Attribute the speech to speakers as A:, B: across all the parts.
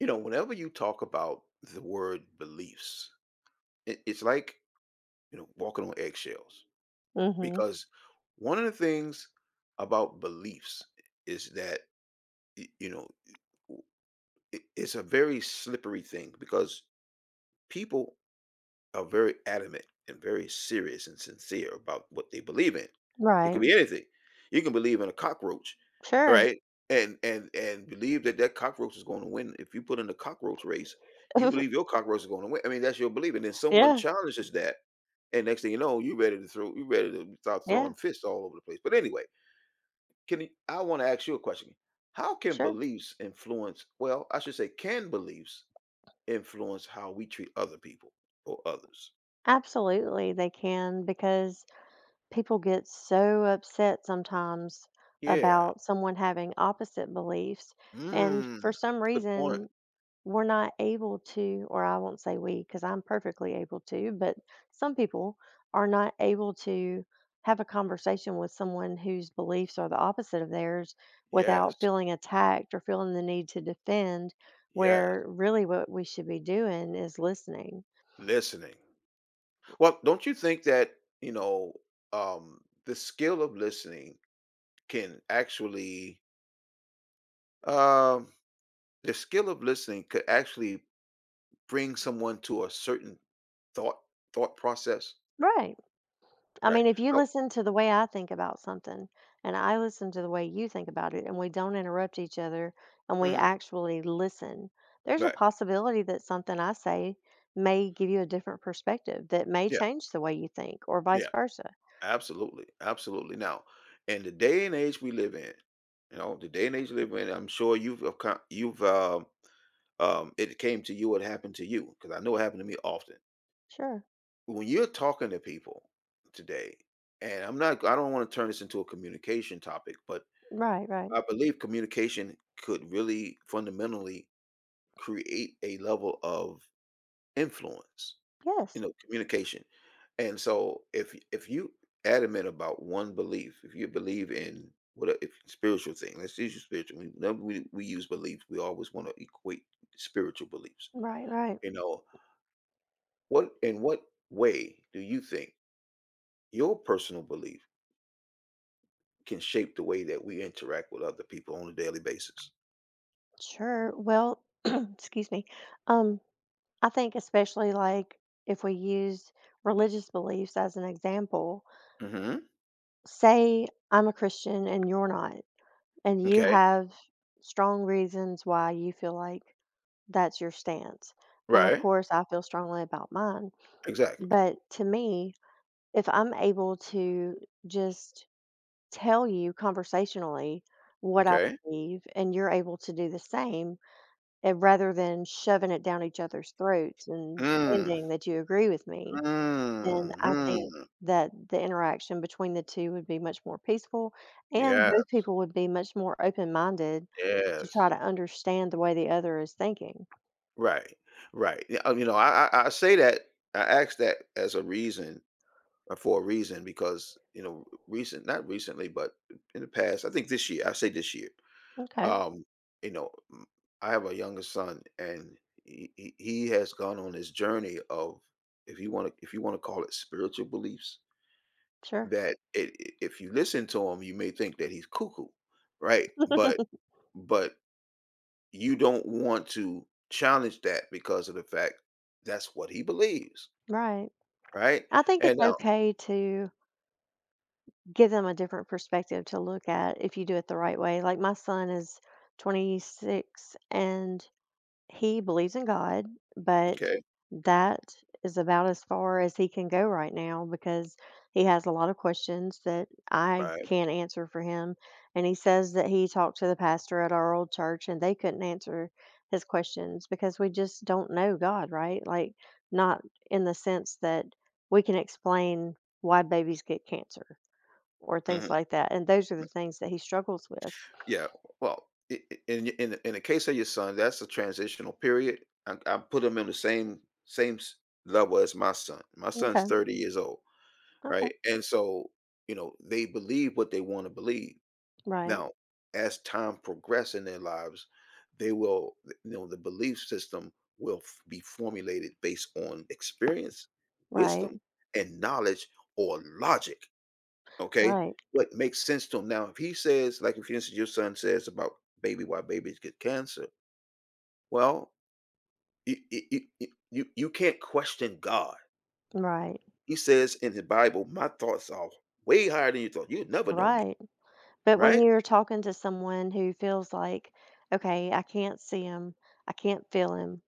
A: You know, whenever you talk about the word beliefs, it's like, you know, walking on eggshells
B: Mhm.
A: because one of the things about beliefs is that, y- you know, i- it's a very slippery thing because people are very adamant and very serious and sincere about what they believe in. It could
B: Right.
A: be anything. You can believe in a cockroach,
B: Sure.
A: right? And believe that that cockroach is going to win. If you put in a cockroach race, you believe your cockroach is going to win. I mean, that's your belief. And then someone
B: Yeah.
A: challenges that, and next thing you know, you're ready to start throwing
B: Yeah.
A: fists all over the place. But anyway, I want to ask you a question? How can
B: Sure.
A: beliefs influence? Well, I should say, can beliefs influence how we treat other people or others?
B: Absolutely, they can because people get so upset sometimes
A: Yeah.
B: about someone having opposite beliefs, and
A: Mm,
B: for some
A: good point.
B: reason, we're not able to, or I won't say we, because I'm perfectly able to, but some people are not able to have a conversation with someone whose beliefs are the opposite of theirs without
A: Yes,
B: feeling attacked or feeling the need to defend,
A: yes,
B: where really what we should be doing is listening.
A: listening. Well, don't you think that you know um, the skill of listening can actually, um, the skill of listening could actually bring someone to a certain thought thought process,
B: Right. I
A: right?
B: mean, if you
A: So,
B: listen to the way I think about something and I listen to the way you think about it and we don't interrupt each other and we
A: mhm,
B: actually listen, there's a
A: right,
B: possibility that something I say may give you a different perspective that may
A: yeah,
B: change the way you think or vice
A: yeah,
B: versa.
A: absolutely, absolutely. Now, in the day and age we live in, you know, the day and age we live in, I'm sure you've, it came to you, it happened to you, because I know it happened to me often.
B: Sure.
A: When you're talking to people today, and I don't want to turn this into a communication topic, but
B: Right, right.
A: I believe communication could really fundamentally create a level of influence, you
B: Yes.
A: know, communication. And so if you adamant about one belief, if you believe in what a, if spiritual thing, let's use spiritual. Whenever we use beliefs, we always want to equate spiritual beliefs.
B: Right, right.
A: You know, What in what way do you think your personal belief can shape the way that we interact with other people on a daily basis?
B: Sure. Well, excuse me. Um, I think especially like if we use religious beliefs as an example,
A: Mhm.
B: say I'm a Christian and you're not. And you
A: Okay.
B: have strong reasons why you feel like that's your stance. And of
A: Right.
B: course, I feel strongly about mine.
A: Exactly.
B: But to me, if I'm able to just tell you conversationally what I
A: Okay.
B: believe and you're able to do the same, and rather than shoving it down each other's throats and
A: Mm.
B: demanding that you agree with me, then
A: Mm.
B: I think
A: Mm.
B: that the interaction between the 2 would be much more peaceful, and
A: Yeah.
B: both people would be much more open-minded to try
A: Yes.
B: to understand the way the other is thinking.
A: Right. Right. Yeah, you know, I say that I ask that as a reason, for a reason because you know recent not recently but in the past I think this year
B: Okay,
A: Um, you know, I have a younger son, and he has gone on his journey of, if you want to call it spiritual beliefs,
B: sure.
A: that it, if you listen to him, you may think that he's cuckoo, right? But but you don't want to challenge that because of the fact that's what he believes,
B: Right.
A: right?
B: I think
A: And
B: it's
A: now,
B: okay to give them a different perspective to look at if you do it the right way. Like, my son is 26, and he believes in God, but
A: okay,
B: that is about as far as he can go right now because he has a lot of questions that I
A: right,
B: can't answer for him. And he says that he talked to the pastor at our old church and they couldn't answer his questions because we just don't know God, right? Like, not in the sense that we can explain why babies get cancer or things
A: mhm,
B: like that. And those are the things that he struggles with.
A: yeah, well, I in the case of your son, that's a transitional period. I put him in the same same s level as my son. My son's
B: Okay.
A: 30 years old,
B: Okay.
A: right? And so, you know, they believe what they wanna believe.
B: Right.
A: Now, as time progress in their lives, they will, you know, the belief system will f be formulated based on experience,
B: Right.
A: wisdom, and knowledge or logic. Okay?
B: Right.
A: What makes sense to him. Now, if he says, like, if you instance, your son says about why babies get cancer, well, you can't question God.
B: Right.
A: He says in the Bible, my thoughts are way higher than your thoughts. You never know me,
B: Right. But when
A: right?
B: you're talking to someone who feels like, okay, I can't see him, I can't feel him,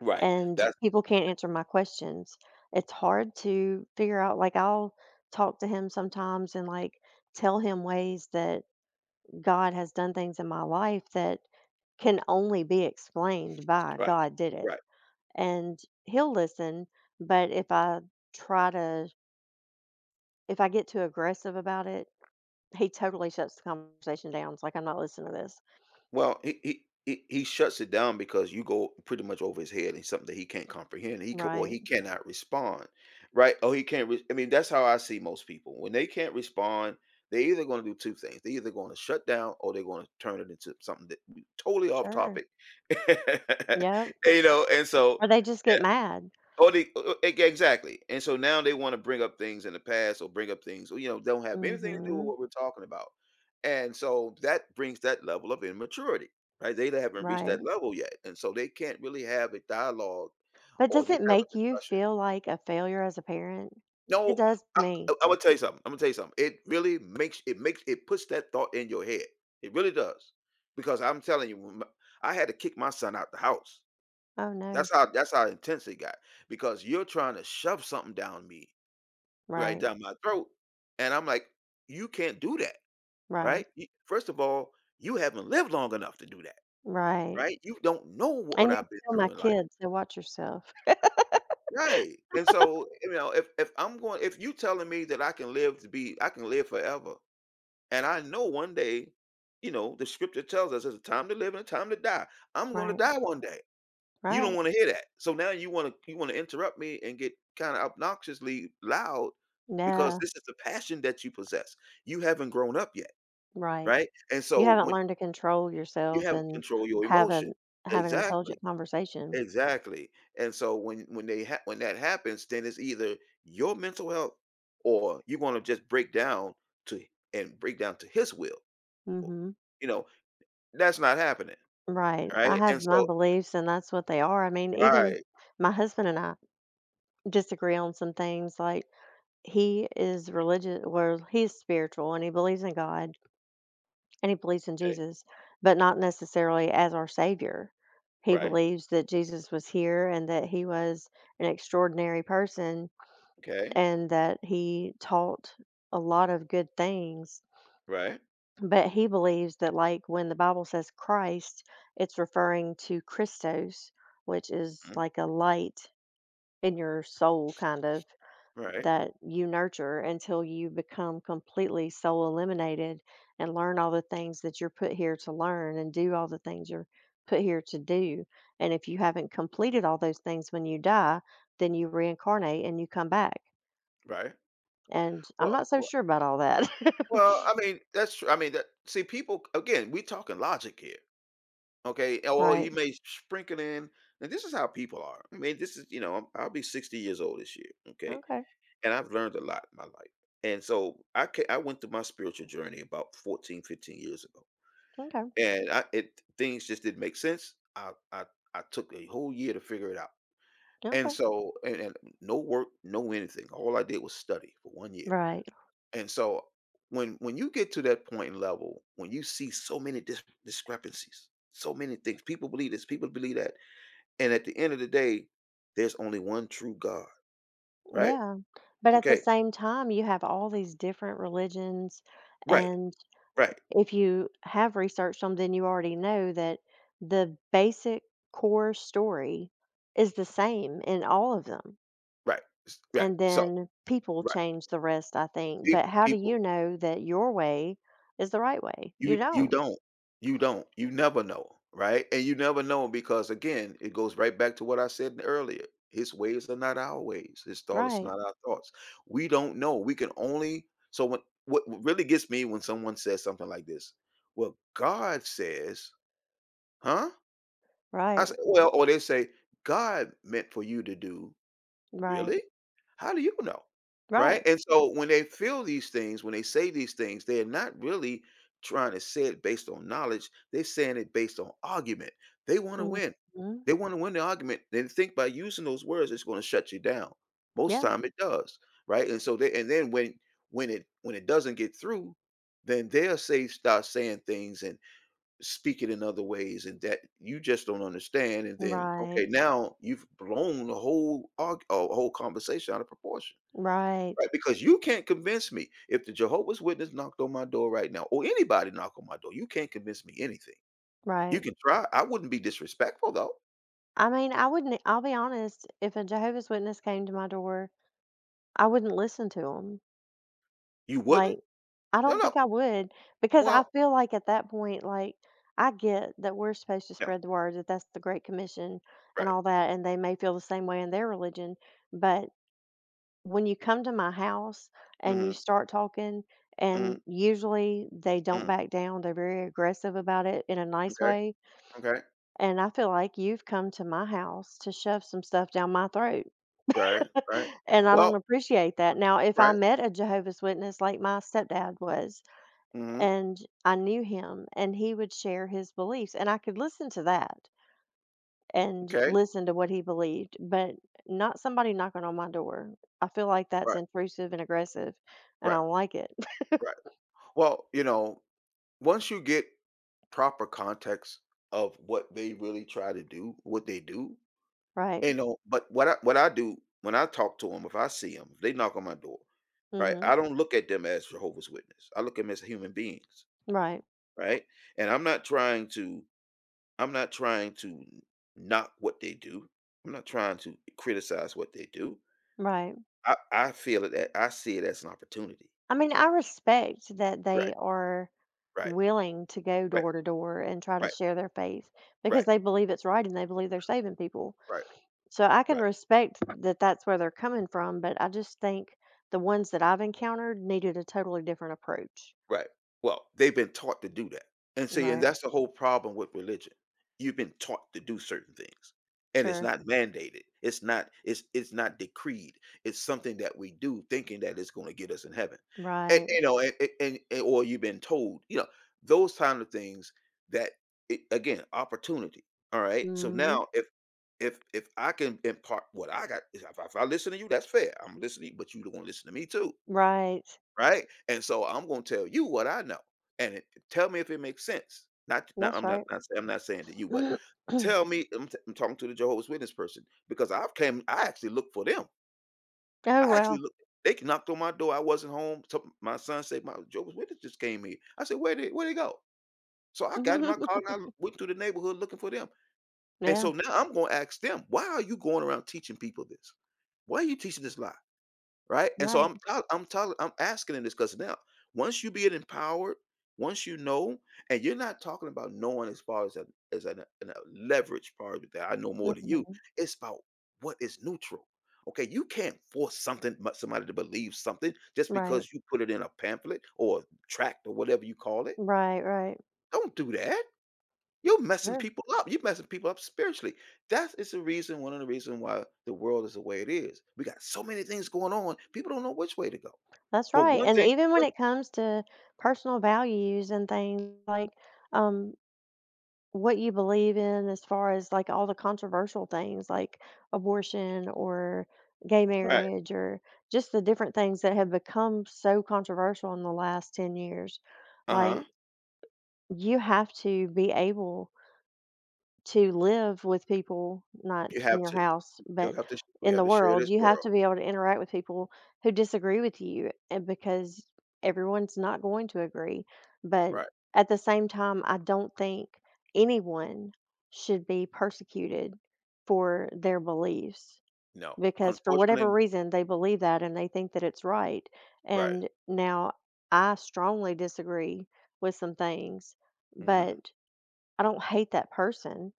A: Right.
B: and
A: That's
B: people can't answer my questions, it's hard to figure out. Like, I'll talk to him sometimes and like tell him ways that God has done things in my life that can only be explained by
A: right.
B: God did it.
A: Right.
B: And he'll listen. But try to, if I get too aggressive about it, he totally shuts the conversation down. It's like, I'm not listening to this.
A: Well, he shuts it down because you go pretty much over his head and something that he can't comprehend. He
B: Right.
A: cannot respond, right? Oh, he can't. I mean, that's how I see most people. When they can't respond, they're either going to do two things: they're either going to shut down, or they're going to turn it into something that totally off
B: Sure.
A: topic.
B: Yep.
A: You know, and so
B: Or they just get mad.
A: Oh, they, e exactly, and so now they wanna bring up things in the past or bring up things, you know, don't have
B: Mm.
A: anything to do with
B: Mhm.
A: what we're talking about, and so that brings that level of immaturity, right? They haven't reached that
B: Right.
A: level yet, and so they can't really have a dialogue
B: But
A: or
B: does
A: just
B: it
A: have a
B: make you
A: discussion.
B: feel like a failure as a parent? It
A: No,
B: does
A: I
B: me.
A: I Imma tell you something, Imma tell you something. It really makes it puts that thought in your head. It really does, because I'm telling you, when my I had to kick my son out the house.
B: Oh, no.
A: That's how intense it got, because you're trying to shove something down me right
B: Right.
A: down my throat, and I'm like, "You can't do that, right?
B: Right.
A: You first of all, you haven't lived long enough to do that,
B: Right.
A: right? You don't know what
B: And you're
A: I've been
B: still my
A: through in life."
B: kid, so watch yourself.
A: Right, and so, you know, if I'm going if you telling me that I can live to be I can live forever, and I know one day, you know, the scripture tells us there's a time to live and a time to die. I'm gonna
B: Right.
A: die one day. You don't
B: Right.
A: wanna hear that. So now you wanna interrupt me and get kinda obnoxiously loud because
B: Yeah.
A: this is the passion that you possess. You haven't grown up yet.
B: Right.
A: Right? And
B: You
A: so
B: haven't
A: when
B: learned to control
A: you
B: yourself
A: haven't
B: and
A: controlled your
B: have
A: emotion.
B: an have an
A: Exactly,
B: intelligent conversation.
A: exactly. And so when they ha when that happens, then it's either your mental health or you're gonna just break down to and break down to his will.
B: Mm.
A: Or,
B: Mhm.
A: you know, that's not happening,
B: Right. I
A: right?
B: have
A: And
B: my
A: so
B: beliefs and that's what they are. I mean, even
A: right,
B: my husband and I disagree on some things. Like, he is religious. Well, he's spiritual and he believes in God and he believes in
A: okay,
B: Jesus, but not necessarily as our savior. He
A: right,
B: believes that Jesus was here and that he was an extraordinary person
A: okay,
B: and that he taught a lot of good things,
A: right,
B: but he believes that like when the Bible says Christ, it's referring to Christos, which is
A: mhm,
B: like a light in your soul kind of,
A: right,
B: that you nurture until you become completely soul eliminated and learn all the things that you're put here to learn and do all the things you're put here to do. And if you haven't completed all those things when you die, then you reincarnate and you come back.
A: right.
B: And I'm
A: Well
B: not so
A: well
B: sure about all that.
A: well, I mean, that's true. I mean, that see, people again, we talking logic here. Okay, oh, well, he
B: Right.
A: may sprinkle in and this is how people are. I mean, this is you know, I'll be 60 years old this year, okay?
B: Okay.
A: And I've learned a lot in my life. And so I went through my spiritual journey about 14, 15 years ago.
B: Okay.
A: And I it things just didn't make sense. I I took a whole year to figure it out. And
B: Okay.
A: so and no work, no anything. All I did was study for 1 year.
B: Right.
A: And so when you get to that point and level, when you see so many discrepancies, so many things, people believe this, people believe that and at the end of the day, there's only one true God, right?
B: Yeah. But at the
A: Okay.
B: same time, you have all these different religions
A: Right,
B: and
A: right,
B: if you have researched them, then you already know that the basic core story is the same in all of them.
A: right, right.
B: And
A: So,
B: then people
A: right.
B: change the rest, I think. But how do
A: People,
B: you know that your way is the right way? You
A: you
B: don't.
A: don't. You don't. You never know, right? And you never know because again, it goes right back to what I said earlier. His ways are not our ways. His thoughts are
B: Right,
A: not our thoughts. We don't know. We can only so when what really gets me when someone says something like this, well, God says, huh? I
B: right,
A: say, well, or they say, God meant for you to do.
B: right,
A: Really? How do you know? Right?
B: right.
A: And so when they feel these things, when they say these things, they're not really trying to say it based on knowledge. They're saying it based on argument. They want to
B: Hmm.
A: win. They want to win the argument. They think by using those words, it's going to shut you down. Most
B: Yeah,
A: time it does. Right. And so they and then when it doesn't get through, then they'll say start saying things. Speak it in other ways and that you just don't understand, and then, okay,
B: right,
A: now you've blown the whole arg a whole conversation out of proportion,
B: right,
A: right? Because you can't convince me. If the Jehovah's Witness knocked on my door right now, or anybody knock on my door, you can't convince me anything. You
B: right.
A: can try. I wouldn't be disrespectful though.
B: I mean, I'll be honest, if a Jehovah's Witness came to my door, I wouldn't listen to them.
A: You wouldn't?
B: Like, I
A: No,
B: don't
A: no.
B: think I would because I
A: Well,
B: feel like at that point, like, I get that we're supposed to
A: no,
B: spread the word, that that's the Great Commission and
A: right.
B: all that, and they may feel the same way in their religion. But when you come to my house and you
A: Mhm,
B: start talking,
A: mhm,
B: and usually they don't
A: mhm,
B: back down, they're very aggressive about it in a nice
A: okay,
B: way.
A: okay,
B: And I feel like you've come to my house to shove some stuff down my throat.
A: right, right.
B: And I
A: Well,
B: don't appreciate that. Now, if I
A: right,
B: met a Jehovah's Witness like my stepdad was,
A: mhm,
B: and I knew him and he would share his beliefs and I could listen to that and
A: okay,
B: listen to what he believed, but not somebody knocking on my door. I feel like that's
A: right,
B: intrusive and aggressive and I
A: right,
B: don't like it.
A: right. Well, you know, once you get proper context of what they really try to do, what they do,
B: Right.
A: you know, but what I do when I talk to them, if I see 'em, if they knock on my door, right?
B: Mhm.
A: I don't look at them as Jehovah's Witness. I look at them as human beings,
B: Right.
A: right? And I'm not trying to knock what they do. I'm not trying to criticize what they do.
B: Right.
A: I see it as an opportunity.
B: I mean, I respect that
A: Right,
B: they are
A: right,
B: willing to go
A: right,
B: door to door and try to
A: right,
B: share their faith because
A: right,
B: they believe it's right and they believe they're saving people.
A: right,
B: So I can
A: right.
B: respect that that's where they're coming from, but I just think the ones that I've encountered needed a totally different approach.
A: Right. Well, they've been taught to do that. And see, and
B: Right.
A: Right. that's the whole problem with religion. You've been taught to do certain things. And it's
B: Sure.
A: not mandated. It's not decreed. It's something that we do thinking that it's going to get us in heaven. And
B: Right.
A: you know, and- or you've been told, you know, those kind of things that it, again, opportunity. All right. So Right.
B: Hmm.
A: now if if I can impart what I got, if I listen to you, that's fair. I'm listening, but you don't want to listen to me too.
B: Right.
A: Right? And so I'm gonna tell you what I know, and it tell me if it makes sense. Not not
B: That's
A: I'm not
B: right.
A: not say I'm not saying to you, but
B: Oh,
A: tell me I'm talking to the Jehovah's Witness person because I actually looked for them. I actually
B: wow.
A: looked they knocked on my door. I wasn't home. So my son said, "My Jehovah's Witness just came here." I said, where they go?" So I got in my car and I went through the neighborhood looking for them. And
B: Yeah.
A: so now I'm going to ask them, "Why are you going around teaching people this? Why are you teaching this lie?" Right? And so
B: Right.
A: I'm tell- I'm telling I'm asking in this because now once you be empowered, once you know, and you're not talking about knowing as far as as a, an a leverage part of that I know more than you.
B: Hmm.
A: It's about what is neutral. Okay, you can't force somebody to believe something just
B: Right.
A: because you put it in a pamphlet or a tract or whatever you call it.
B: Right. Right.
A: Don't do that. You're messing
B: Sure.
A: people up. You're messing people up spiritually. That is the reason, one of the reasons why the world is the way it is. We got so many things going on. People don't know which way to go.
B: That's
A: But
B: right.
A: one
B: And
A: thing
B: even when
A: one
B: it comes to personal values and things like, um, what you believe in as far as like all the controversial things like abortion or gay
A: right,
B: marriage or just the different things that have become so controversial in the last 10 years.
A: uh-huh.
B: Like, you have to be able to live with people, not
A: You have
B: in your
A: to.
B: house,
A: You
B: but
A: have to we
B: in
A: have
B: the
A: to share
B: world.
A: this
B: You have
A: world.
B: to be able to interact with people who disagree with you and because everyone's not going to agree. But
A: Right.
B: at the same time, I don't think anyone should be persecuted for their beliefs
A: No.
B: because for whatever
A: Unfortunately
B: reason they believe that and they think that it's right.
A: right.
B: And now I strongly disagree with some things,
A: Mhm.
B: but I don't hate that person.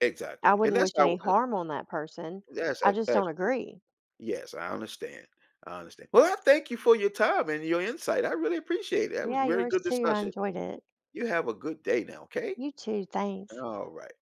A: Exactly.
B: I
A: And
B: wouldn't
A: that's
B: wish
A: how,
B: any harm on that person.
A: yes,
B: I
A: ac
B: just don't
A: actually.
B: agree.
A: Yes, I understand. I understand. Well, I thank you for your time and your insight. I really appreciate it. That was
B: Yeah,
A: very
B: yours
A: good
B: too. I
A: discussion.
B: enjoyed it.
A: You have a good day now, okay?
B: You too. Thanks.
A: Alright.